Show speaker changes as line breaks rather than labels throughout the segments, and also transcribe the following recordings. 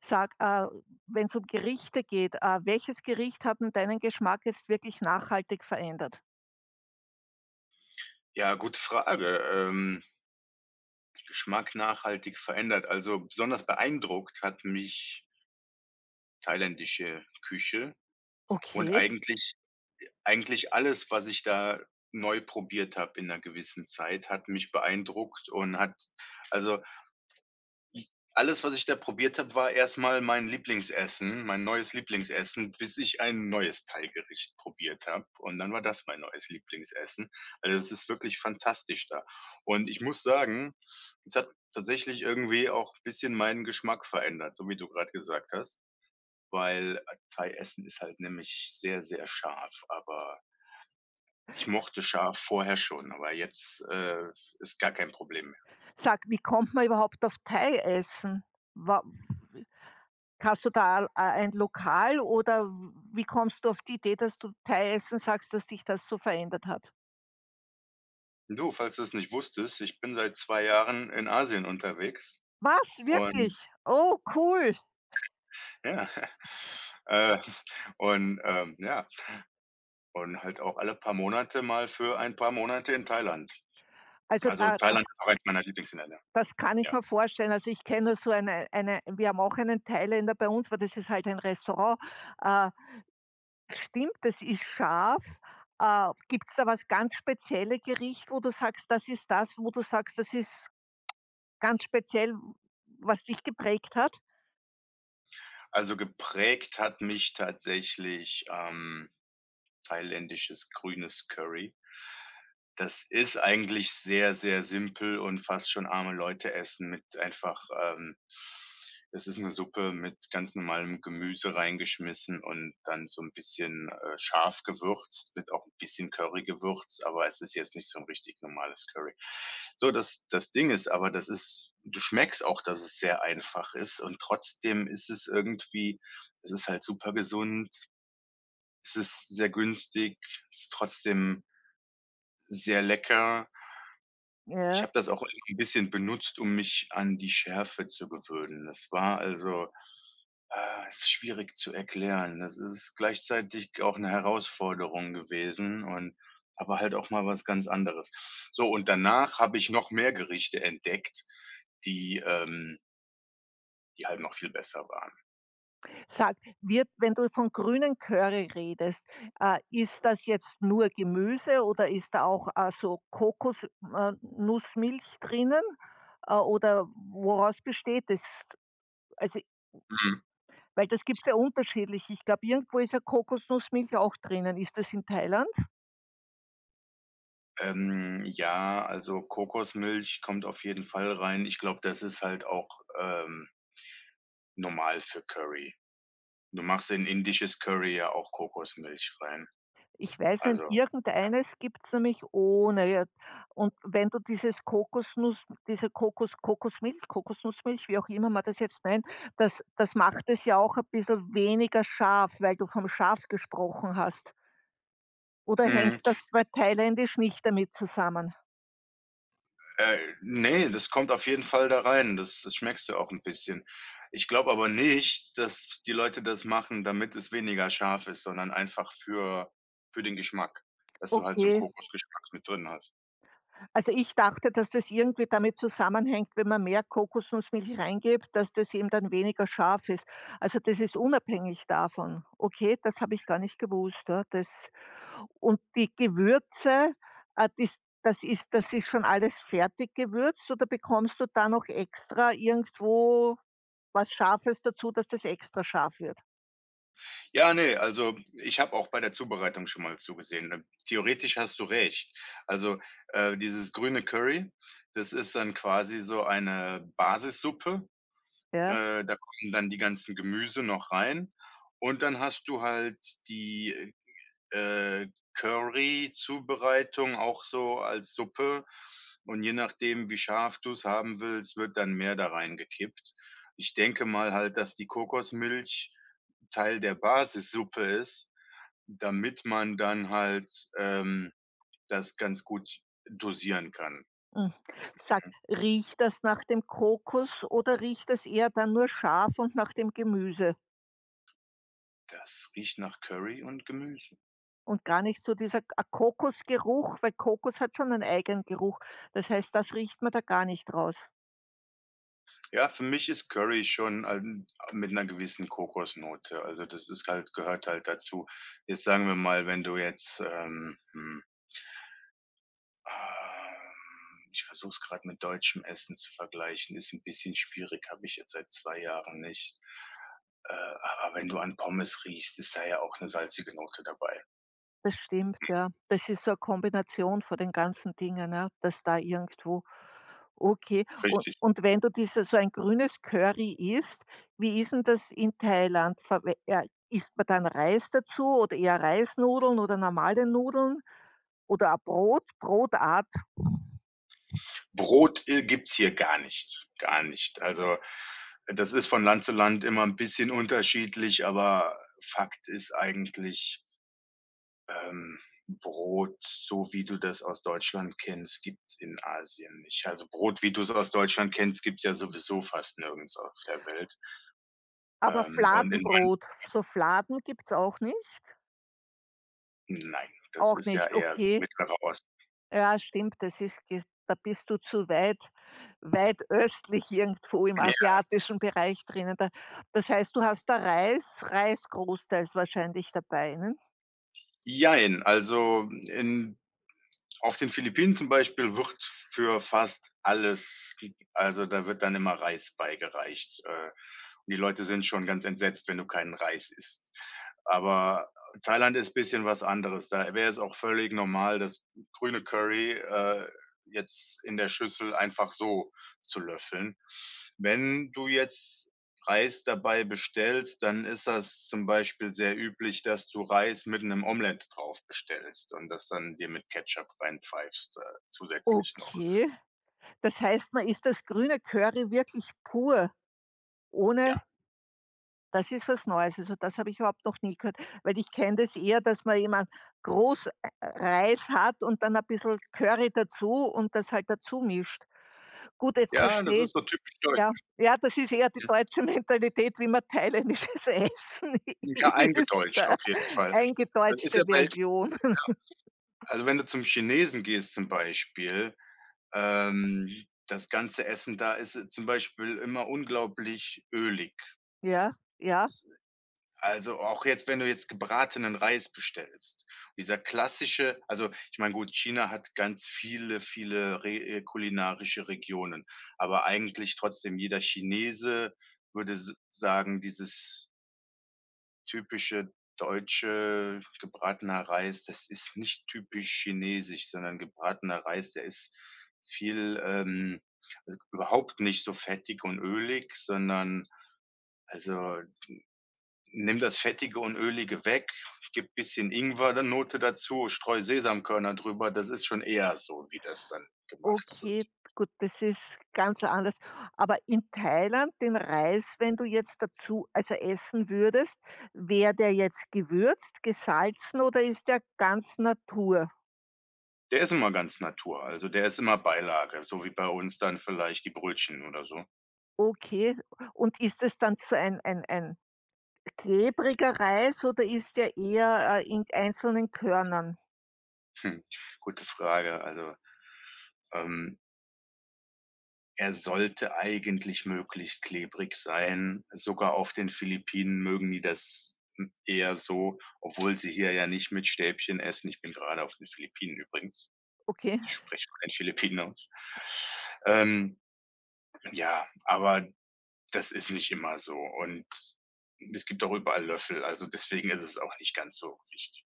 Sag, wenn es um Gerichte geht, welches Gericht hat denn deinen Geschmack jetzt wirklich nachhaltig verändert?
Ja, gute Frage. Ähm, Geschmack nachhaltig verändert. Also, besonders beeindruckt hat mich thailändische Küche und
Okay.
eigentlich alles, was ich da neu probiert habe in einer gewissen Zeit, hat mich beeindruckt und hat also, alles, was ich da probiert habe, war erst mal mein Lieblingsessen, mein neues Lieblingsessen, bis ich ein neues Thai-Gericht probiert habe. Und dann war das mein neues Lieblingsessen. Also, es ist wirklich fantastisch da. Und ich muss sagen, es hat tatsächlich irgendwie auch ein bisschen meinen Geschmack verändert, so wie du gerade gesagt hast, weil, Thai-Essen ist halt nämlich sehr, sehr scharf, aber ich mochte scharf vorher schon, aber jetzt, ist gar kein Problem.
Sag, wie kommt man überhaupt auf Thai-Essen? Wa Hast du da a ein Lokal oder wie kommst du auf die Idee, dass du Thai-Essen sagst, dass dich das so verändert hat?
Du, falls du es nicht wusstest, ich bin seit 2 Jahren in Asien unterwegs
Was, wirklich?
und
Oh, cool.
ja, äh, und, ja, und halt auch alle paar Monate mal für ein paar Monate in Thailand.
Also,
Also,
da das
Thailand ist auch eins meiner Lieblingsländer,
das kann ich
ja.
mir vorstellen. Also, ich kenne nur so eine wir haben auch einen Thailänder bei uns, aber das ist halt ein Restaurant. Äh, Stimmt, das ist scharf. Gibt es da was ganz spezielle Gericht, wo du sagst, das ist das, wo du sagst, das ist ganz speziell, was dich geprägt hat?
Also, geprägt hat mich tatsächlich, thailändisches grünes Curry. Das ist eigentlich sehr, sehr simpel und fast schon arme Leute essen mit einfach, das ist 'ne Suppe mit ganz normalem Gemüse reingeschmissen und dann so 'n bisschen, scharf gewürzt, mit auch 'n bisschen Curry gewürzt, aber es ist jetzt nicht so 'n richtig normales Curry. So, das Ding ist aber, das ist du schmeckst auch, dass es sehr einfach ist und trotzdem ist es irgendwie, es ist halt super gesund, es ist sehr günstig, es ist trotzdem sehr lecker. Ich
Ja.
habe das auch ein bisschen benutzt, um mich an die Schärfe zu gewöhnen. Das war also, ist schwierig zu erklären. Das ist gleichzeitig auch 'ne Herausforderung gewesen und aber halt auch mal was ganz anderes. So, und danach habe ich noch mehr Gerichte entdeckt, die die halt noch viel besser waren.
Sag, wird wenn du von grünen Curry redest, ist das jetzt nur Gemüse oder ist da auch, so Kokos Nussmilch drinnen? Oder woraus besteht das? Also,
Mhm.
weil das gibt's ja unterschiedlich. Ich glaube, irgendwo ist ja Kokosnussmilch auch drinnen. Ist das in Thailand?
Ja, also Kokosmilch kommt auf jeden Fall rein. Ich glaube, das ist halt auch, ähm, normal für Curry. Du machst in indisches Curry ja auch Kokosmilch rein.
Ich weiß nicht,
Also,
irgendeines gibt's nämlich ohne, ja. Und wenn du dieses Kokosnuss diese Kokosmilch, Kokosnussmilch, wie auch immer man das jetzt nennt, das macht es ja auch ein bisschen weniger scharf, weil du vom Schaf gesprochen hast. Oder hängt
mhm.
das bei Thailändisch nicht damit zusammen?
Ne, das kommt auf jeden Fall da rein. Das schmeckst du auch ein bisschen. Ich glaube aber nicht, dass die Leute das machen, damit es weniger scharf ist, sondern einfach für den Geschmack, dass du halt so 'n
Okay.
Kokosgeschmack mit drin hast.
Also, ich dachte, dass das irgendwie damit zusammenhängt, wenn man mehr Kokosnussmilch reingibt, dass das eben dann weniger scharf ist. Also, das ist unabhängig davon. Okay, das habe ich gar nicht gewusst, ja, das und die Gewürze, das ist schon alles fertig gewürzt oder bekommst du da noch extra irgendwo was Scharfes dazu, dass das extra scharf wird.
Ja, ne, also, ich habe auch bei der Zubereitung schon mal zugesehen. Theoretisch hast du recht. Also, dieses grüne Curry, das ist dann quasi so eine Basissuppe.
Ja.
Da kommen dann die ganzen Gemüse noch rein und dann hast du halt die, äh, Curry-Zubereitung auch so als Suppe, und je nachdem, wie scharf du es haben willst, wird dann mehr da reingekippt. Ich denke mal halt, dass die Kokosmilch Teil der Basissuppe ist, damit man dann halt, ähm, das ganz gut dosieren kann.
Hm. Sag, riecht das nach dem Kokos oder riecht es eher dann nur scharf und nach dem Gemüse
Das riecht nach Curry und Gemüse.
und gar nicht so dieser K Kokosgeruch, weil Kokos hat schon einen eigenen Geruch. Das heißt, das riecht man da gar nicht raus.
Ja, für mich ist Curry schon ein mit 'ner gewissen Kokosnote. Also, das ist halt gehört halt dazu. Jetzt sagen wir mal, wenn du jetzt, ähm, ich versuche es gerade mit deutschem Essen zu vergleichen, ist ein bisschen schwierig, habe ich jetzt seit 2 Jahren nicht. Äh, aber wenn du an Pommes riechst, ist da ja auch eine salzige Note dabei.
Das stimmt, ja. Das ist so eine Kombination von den ganzen Dingen, ja, dass da irgendwo okay. U
Richtig.
Und wenn du diese so ein grünes Curry isst, wie ist 'n das in Thailand? Verwe Isst man dann Reis dazu oder eher Reisnudeln oder normale Nudeln? Oder ein Brot, Brotart.
Brot, gibt's hier gar nicht, gar nicht. Also, das ist von Land zu Land immer ein bisschen unterschiedlich, aber Fakt ist eigentlich, Ähm, Brot, so wie du das aus Deutschland kennst, gibt's in Asien nicht. Also, Brot, wie du es aus Deutschland kennst, gibt's ja sowieso fast nirgends auf der Welt.
Aber
Und in man
Fladenbrot, so Fladen gibt's auch nicht?
nein, das
Auch
ist ja
nicht,
eher so
okay.
Mittlerer Osten.
Ja, stimmt, das ist ge da bist du zu weit, weit östlich irgendwo im asiatischen Bereich drinnen. Da das heißt, du hast da Reis großteils wahrscheinlich dabei, ne?
Ja, jein, also, in auf den Philippinen zum Beispiel wird für fast alles, also, da wird dann immer Reis beigereicht, die Leute sind schon ganz entsetzt, wenn du keinen Reis isst. Aber Thailand ist bisschen was anderes. Da wäre es auch völlig normal, das grüne Curry, jetzt in der Schüssel einfach so zu löffeln. Wenn du jetzt Reis dabei bestellst, dann ist das zum Beispiel sehr üblich, dass du Reis mit einem Omelett drauf bestellst und das dann dir mit Ketchup reinpfeifst, zusätzlich noch.
Okay. Das heißt, man isst das grüne Curry wirklich pur, ohne
Ja.
das ist was Neues. Also, das habe ich überhaupt noch nie gehört, weil ich kenne das eher, dass man jemand groß, Reis hat und dann ein bisschen Curry dazu und das halt dazu mischt. Gut, jetzt
Ja, das
verstehe
ist so
ich's.
typisch
Ja,
deutsch.
ja, das ist eher die deutsche Mentalität, wie man thailändisches Essen
Ja,
isst.
eingedeutscht auf jeden Fall. Das ist ja
Eingedeutschte
bei,
Version.
also wenn du zum Chinesen gehst zum Beispiel, das ganze Essen da ist, zum Beispiel immer unglaublich ölig.
Ja, ja,
Also auch jetzt, wenn du jetzt gebratenen Reis bestellst. Dieser klassische, also ich meine, gut, China hat ganz viele, viele re kulinarische Regionen, aber eigentlich trotzdem jeder Chinese würde s sagen, dieses typische deutsche gebratener Reis, das ist nicht typisch chinesisch, sondern gebratener Reis, der ist viel, also, überhaupt nicht so fettig und ölig, sondern also, nimm das Fettige und Ölige weg, gib bisschen Ingwer Note dazu, streu Sesamkörner drüber, das ist schon eher so, wie das dann gemacht wird.
okay, gut, das ist ganz anders. Aber in Thailand den Reis, wenn du jetzt dazu also essen würdest, wäre der jetzt gewürzt, gesalzen oder ist der ganz Natur?
Der ist immer ganz Natur, also, der ist immer Beilage, so wie bei uns dann vielleicht die Brötchen oder so.
Okay. Und ist es dann so ein klebriger Reis oder ist der eher, in einzelnen Körnern?
Hm, gute Frage. Also, ähm, er sollte eigentlich möglichst klebrig sein. Sogar auf den Philippinen mögen die das m eher so, obwohl sie hier ja nicht mit Stäbchen essen. Ich bin gerade auf den Philippinen übrigens.
Okay.
Ich spreche von den Filipinos. Ähm, ja, aber das ist nicht immer so und es gibt auch überall Löffel, also deswegen ist es auch nicht ganz so wichtig.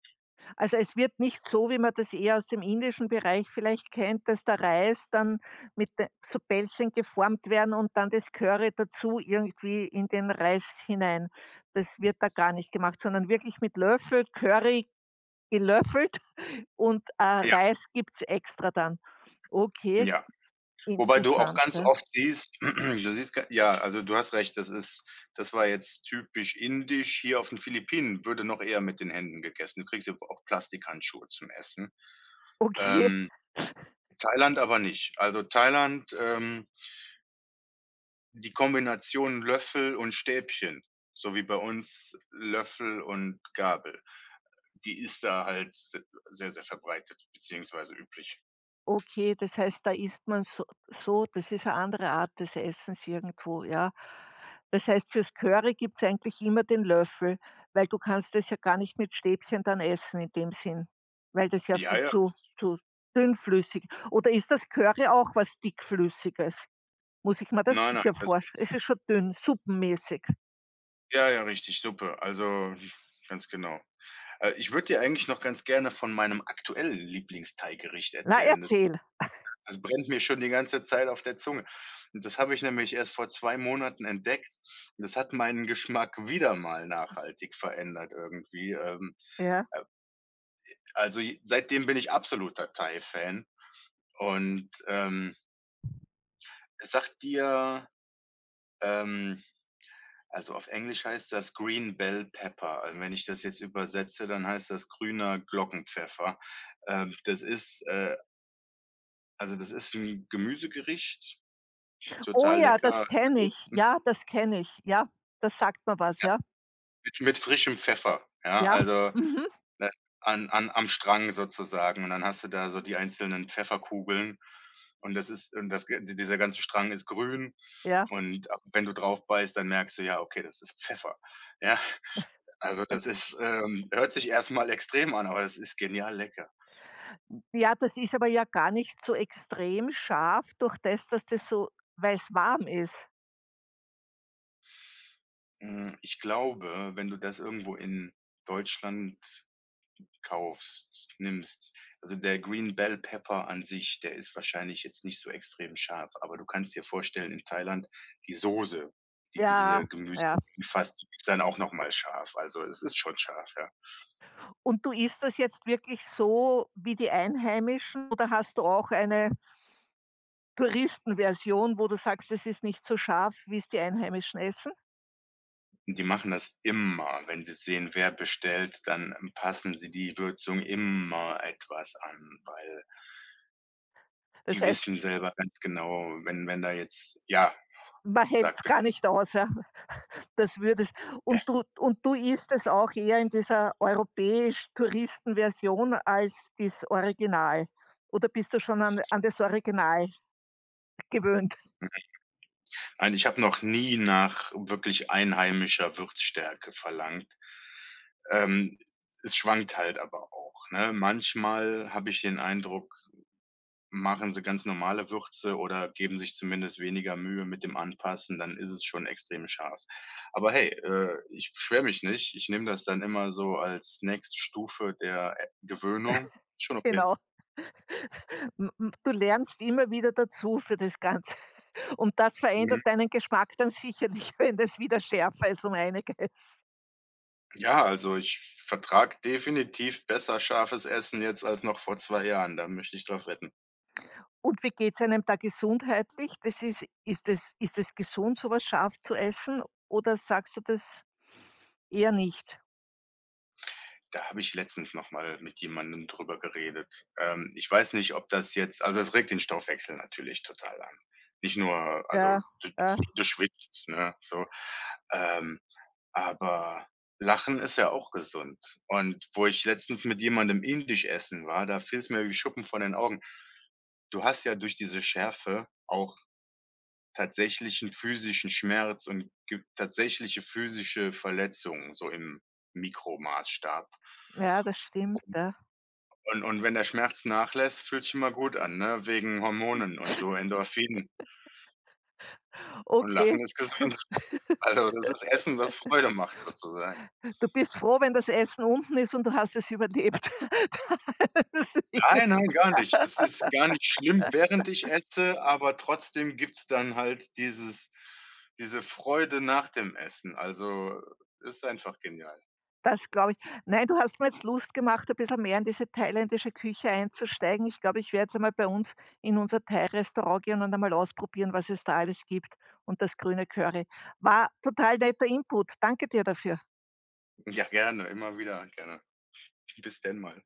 Also, es wird nicht so, wie man das eher aus dem indischen Bereich vielleicht kennt, dass der Reis dann mit de zu Bällchen geformt werden und dann das Curry dazu irgendwie in den Reis hinein. Das wird da gar nicht gemacht, sondern wirklich mit Löffel Curry gelöffelt und,
Ja,
Reis gibt's extra dann. Okay,
ja. Wobei du auch
interessant,
ganz
ja.
oft siehst du siehst ga ja, also du hast recht, das ist das war jetzt typisch indisch. Hier auf den Philippinen würde noch eher mit den Händen gegessen. Du kriegst ja auch Plastikhandschuhe zum Essen.
Okay.
Ähm, Thailand aber nicht. Also Thailand, die Kombination Löffel und Stäbchen, so wie bei uns Löffel und Gabel, die ist da halt se sehr, sehr verbreitet beziehungsweise üblich.
Okay, das heißt, da isst man so so das ist eine andere Art des Essens irgendwo, ja? Das heißt, fürs Curry gibt's eigentlich immer den Löffel, weil du kannst das ja gar nicht mit Stäbchen dann essen in dem Sinn, weil das ja
Ja,
viel
ja.
zu dünnflüssig oder ist das Curry auch was Dickflüssiges? Muss ich mir das
Nein, nein,
dicker
das ist
vorstellen? Es ist schon dünn, suppenmäßig.
ja, ja, richtig, Suppe. Also, ganz genau. Ich würde dir eigentlich noch ganz gerne von meinem aktuellen Lieblingsteiggericht
Na,
erzählen.
erzähl.
Das brennt mir schon die ganze Zeit auf der Zunge. Und das habe ich nämlich erst vor 2 Monaten entdeckt. Und das hat meinen Geschmack wieder mal nachhaltig verändert irgendwie.
Ja.
Äh, also, j seitdem bin ich absoluter Thai-Fan und, sagt dir, ähm also auf Englisch heißt das Green Bell Pepper. Also wenn ich das jetzt übersetze, dann heißt das grüner Glockenpfeffer. Das ist, also, das ist 'n Gemüsegericht,
Oh
total
ja, das
lecker,
kenne ich. Ja, das kenne ich. Ja, das sagt mir was,
ja,
ja.
mit frischem Pfeffer, ja,
Ja.
also,
Mhm.
ne, an an am Strang sozusagen und dann hast du da so die einzelnen Pfefferkugeln und das ist, und das g dieser ganze Strang ist grün
Ja.
und ab wenn du drauf beißt, dann merkst du: „Ja, okay, das ist Pfeffer.“ Ja, also, das ist, hört sich erst mal extrem an, aber das ist genial lecker.
Ja, das ist aber ja gar nicht so extrem scharf durch das, dass das so weil's warm ist.
Hm, ich glaube, wenn du das irgendwo in Deutschland nimmst. Also der Green Bell Pepper an sich, der ist wahrscheinlich jetzt nicht so extrem scharf, aber du kannst dir vorstellen, in Thailand die Soße, die
Ja,
diese Gemüse
ja.
umfasst, die ist dann auch noch mal scharf. Also, es ist schon scharf, ja.
Und du isst das jetzt wirklich so wie die Einheimischen oder hast du auch eine Touristenversion, wo du sagst, das ist nicht so scharf, wie es die Einheimischen essen?
Die machen das immer. Wenn sie sehen, wer bestellt, dann passen sie die Würzung immer etwas an, weil
Das
die
heißt,
wissen selber ganz genau, wenn da jetzt, ja,
man
sag
hält's gar
bitte.
nicht aus, ja, das würdest und du isst es auch eher in dieser europäisch-Touristenversion als das Original? Oder bist du schon an das Original gewöhnt?
Nein, ich habe noch nie nach wirklich einheimischer Würzstärke verlangt. Ähm, es schwankt halt aber auch, ne? Manchmal habe ich den Eindruck, machen sie ganz normale Würze oder geben sich zumindest weniger Mühe mit dem Anpassen, dann ist es schon extrem scharf. Aber hey, ich beschwere mich nicht. Ich nehme das dann immer so als nächste Stufe der, Gewöhnung. Schon okay.
Genau. M m Du lernst immer wieder dazu für das Ganze. Und das
Mhm.
verändert deinen Geschmack dann sicherlich, wenn das wieder schärfer ist um einiges.
Ja, also ich vertrage definitiv besser scharfes Essen jetzt als noch vor 2 Jahren, da möchte ich drauf wetten.
Und wie geht's einem da gesundheitlich? Das ist Ist es ist es gesund, so was scharf zu essen oder sagst du das eher nicht?
Da habe ich letztens noch mal mit jemandem drüber geredet. Ich weiß nicht, ob das jetzt, also, es regt den Stoffwechsel natürlich total an. Nicht nur, also,
Ja, ja,
du schwitzt, ne, so. Ähm, aber Lachen ist ja auch gesund. Und wo ich letztens mit jemandem indisch essen war, da fiel es mir wie Schuppen von den Augen. Du hast ja durch diese Schärfe auch tatsächlichen physischen Schmerz und ge tatsächliche physische Verletzungen so im Mikromaßstab.
ja, das stimmt, ja.
Und wenn der Schmerz nachlässt, fühlt sich immer gut an, ne, wegen Hormonen und so, Endorphinen. Und Lachen
Okay,
ist gesund. Also, das ist Essen, das Freude macht sozusagen.
du bist froh, wenn das Essen unten ist und du hast es überlebt. Das
Nein, nein, gar nicht. Das ist gar nicht schlimm, während ich esse, aber trotzdem gibt's dann halt dieses, diese Freude nach dem Essen. Also, ist einfach genial.
Das glaube ich. Nein, du hast mir jetzt Lust gemacht, ein bisschen mehr in diese thailändische Küche einzusteigen. Ich glaube, ich werde jetzt einmal bei uns in unser Thai-Restaurant gehen und einmal ausprobieren, was es da alles gibt und das grüne Curry. War total netter Input. Danke dir dafür.
Ja, gerne, immer wieder, gerne. Bis denn mal.